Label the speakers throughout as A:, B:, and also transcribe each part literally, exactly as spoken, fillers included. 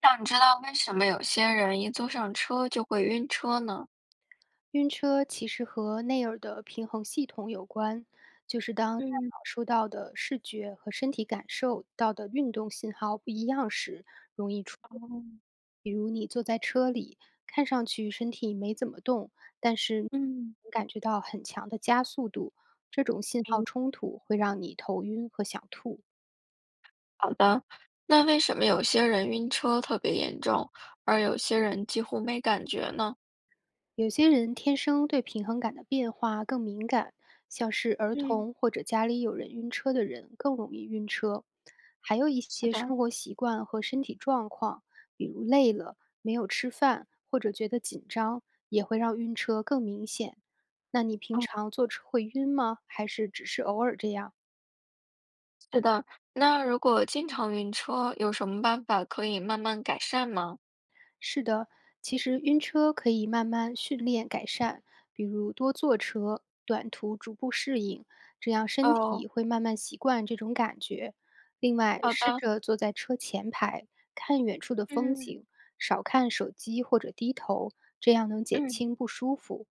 A: 但你知道为什么有些人一坐上车就会晕车呢？
B: 晕车其实和内耳的平衡系统有关，就是当大
A: 嗯，
B: 脑收到的视觉和身体感受到的运动信号不一样时，容易出
A: 哦，
B: 问题。
A: 嗯
B: 比如你坐在车里，看上去身体没怎么动，但是
A: 嗯，
B: 能感觉到很强的加速度，这种信号
A: 明
B: 冲突会让你头晕和想吐。
A: 好的。那为什么有些人晕车特别严重，而有些人几乎没感觉呢？
B: 有些人天生对平衡感的变化更敏感，像是儿
A: 嗯，
B: 童或者家里有人晕车的人更容易晕车。还有一
A: 是
B: 些
A: 的，
B: 生活习惯和身体状况，比如累了、没有吃饭或者觉得紧张，也会让晕车更明显。那你平
A: 哦，
B: 常坐车会晕吗？还是只是偶尔这样？
A: 是的，那如果经常晕车，有什么办法可以慢慢改善吗？
B: 是的，其实晕车可以慢慢训练改善，比如多坐车，短途逐步适应，这样身
A: 哦，
B: 体会慢慢习惯这种感觉。另外，
A: 好
B: 试
A: 的，
B: 着坐在车前排，看远处的风
A: 嗯
B: 景，少看手机或者低头，这样能减
A: 嗯，
B: 轻不舒服。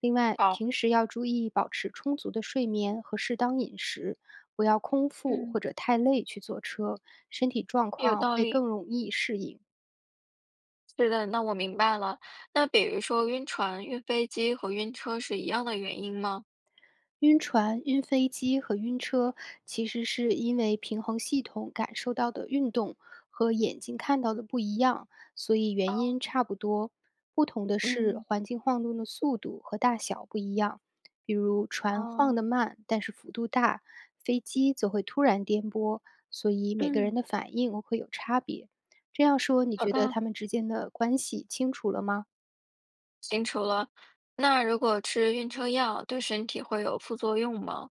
B: 另外，
A: 好，
B: 平时要注意保持充足的睡眠和适当饮食，不要空腹
A: 嗯
B: 或者太累去坐车，身体状
A: 有
B: 况
A: 道
B: 会
A: 理。
B: 更容易适应。
A: 是的，那我明白了。那比如说晕船、晕飞机和晕车是一样的原因吗？
B: 晕船、晕飞机和晕车，其实是因为平衡系统感受到的运动和眼睛看到的不一样，所以原因差不多。不同的是
A: 嗯，
B: 环境晃动的速度和大小不一样，比如船晃得
A: 哦，
B: 慢，但是幅度大；飞机则会突然颠簸，所以每个人
A: 嗯，
B: 的反应会有差别。这样说，你
A: 好
B: 觉得
A: 的，
B: 他们之间的关系清楚了吗？
A: 清楚了。那如果吃晕车药，对身体会有副作用吗？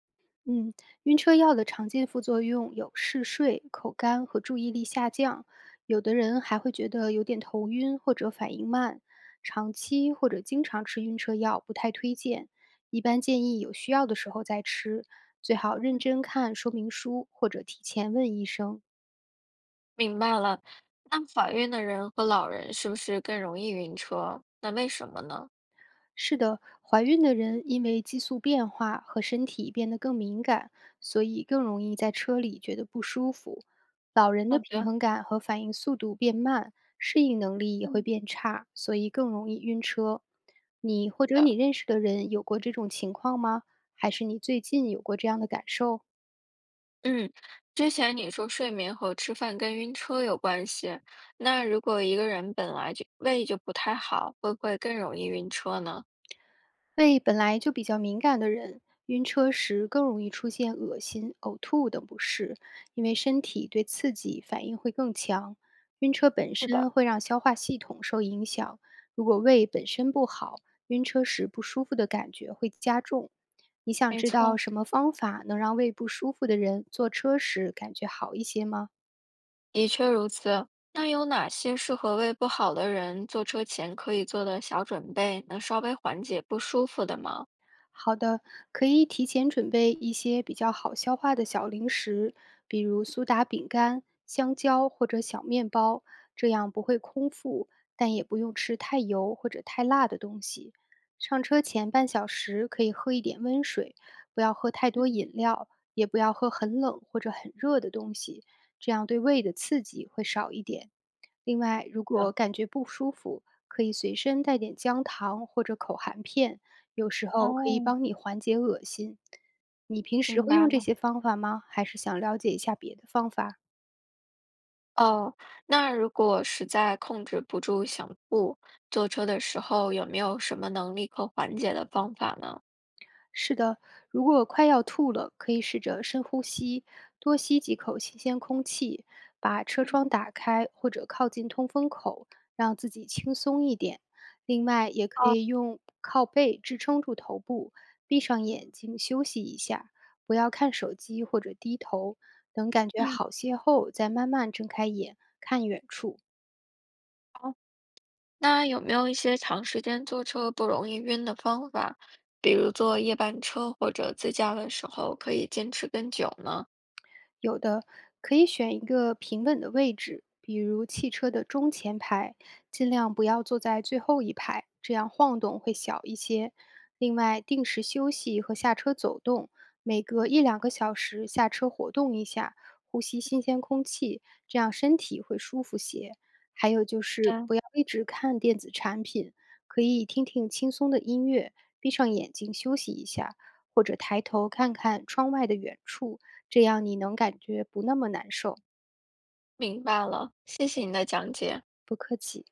B: 嗯，晕车药的常见副作用有嗜睡、口干和注意力下降，有的人还会觉得有点头晕或者反应慢。长期或者经常吃晕车药不太推荐，一般建议有需要的时候再吃，最好认真看说明书或者提前问医生。
A: 明白了。那怀孕的人和老人是不是更容易晕车？那为什么呢？
B: 是的，怀孕的人因为激素变化和身体变得更敏感，所以更容易在车里觉得不舒服。老人
A: 好
B: 的平
A: 的，
B: 衡感和反应速度变慢，适应能力也会
A: 嗯，
B: 变差，所以更容易晕车。你或者
A: 好
B: 你
A: 的，
B: 认识的人有过这种情况吗？还是你最近有过这样的感受？
A: 嗯。之前你说睡眠和吃饭跟晕车有关系，那如果一个人本来就胃就不太好，会不会更容易晕车呢？
B: 胃本来就比较敏感的人，晕车时更容易出现恶心、呕吐等不适，因为身体对刺激反应会更强。晕车本
A: 是的，
B: 身会让消化系统受影响，如果胃本身不好，晕车时不舒服的感觉会加重。你想
A: 没
B: 知道
A: 错。
B: 什么方法能让胃不舒服的人坐车时感觉好一些吗？
A: 的确如此。那有哪些适合胃不好的人坐车前可以做的小准备，能稍微缓解不舒服的吗？
B: 好的，可以提前准备一些比较好消化的小零食，比如苏打饼干、香蕉或者小面包，这样不会空腹，但也不用吃太油或者太辣的东西。上车前半小时可以喝一点温水，不要喝太多
A: 嗯，
B: 饮料，也不要喝很冷或者很热的东西，这样对胃的刺激会少一点。另外，如果
A: 的
B: 感觉不舒服，可以随身带点姜糖或者口含片，有时候可以
A: 哦，
B: 帮你缓解恶心。你平时
A: 明
B: 会
A: 白
B: 用这
A: 了。
B: 些方法吗？还是想了解一下别的方法？
A: 哦，那如果实在控制不住想吐，坐车的时候有没有什么能立刻缓解的方法呢？
B: 是的，如果快要吐了，可以试着深呼吸，多吸几口新鲜空气，把车窗
A: 嗯，
B: 打开或者靠近通风口，让自己轻松一点。另外，也可
A: 好，
B: 以用靠背支撑住头部，闭上眼睛休息一下，不要看手机或者低头。等感觉
A: 嗯，
B: 好些后，再慢慢睁开眼，看远处。
A: 好，那有没有一些长时间坐车不容易晕的方法？比如坐夜班车或者自驾的时候可以坚持更久呢？
B: 有的，可以选一个平稳的位置，比如汽车的中前排，尽量不要坐在最后一排，这样晃动会小一些。另外，定时休息和下车走动，每隔一两个小时下车活动一下，呼吸新鲜空气，这样身体会舒服些。还有就是
A: 嗯。
B: 不要一直看电子产品，可以听听轻松的音乐，闭上眼睛休息一下，或者抬头看看窗外的远处，这样你能感觉不那么难受。
A: 明白了，谢谢你的讲解。
B: 不客气。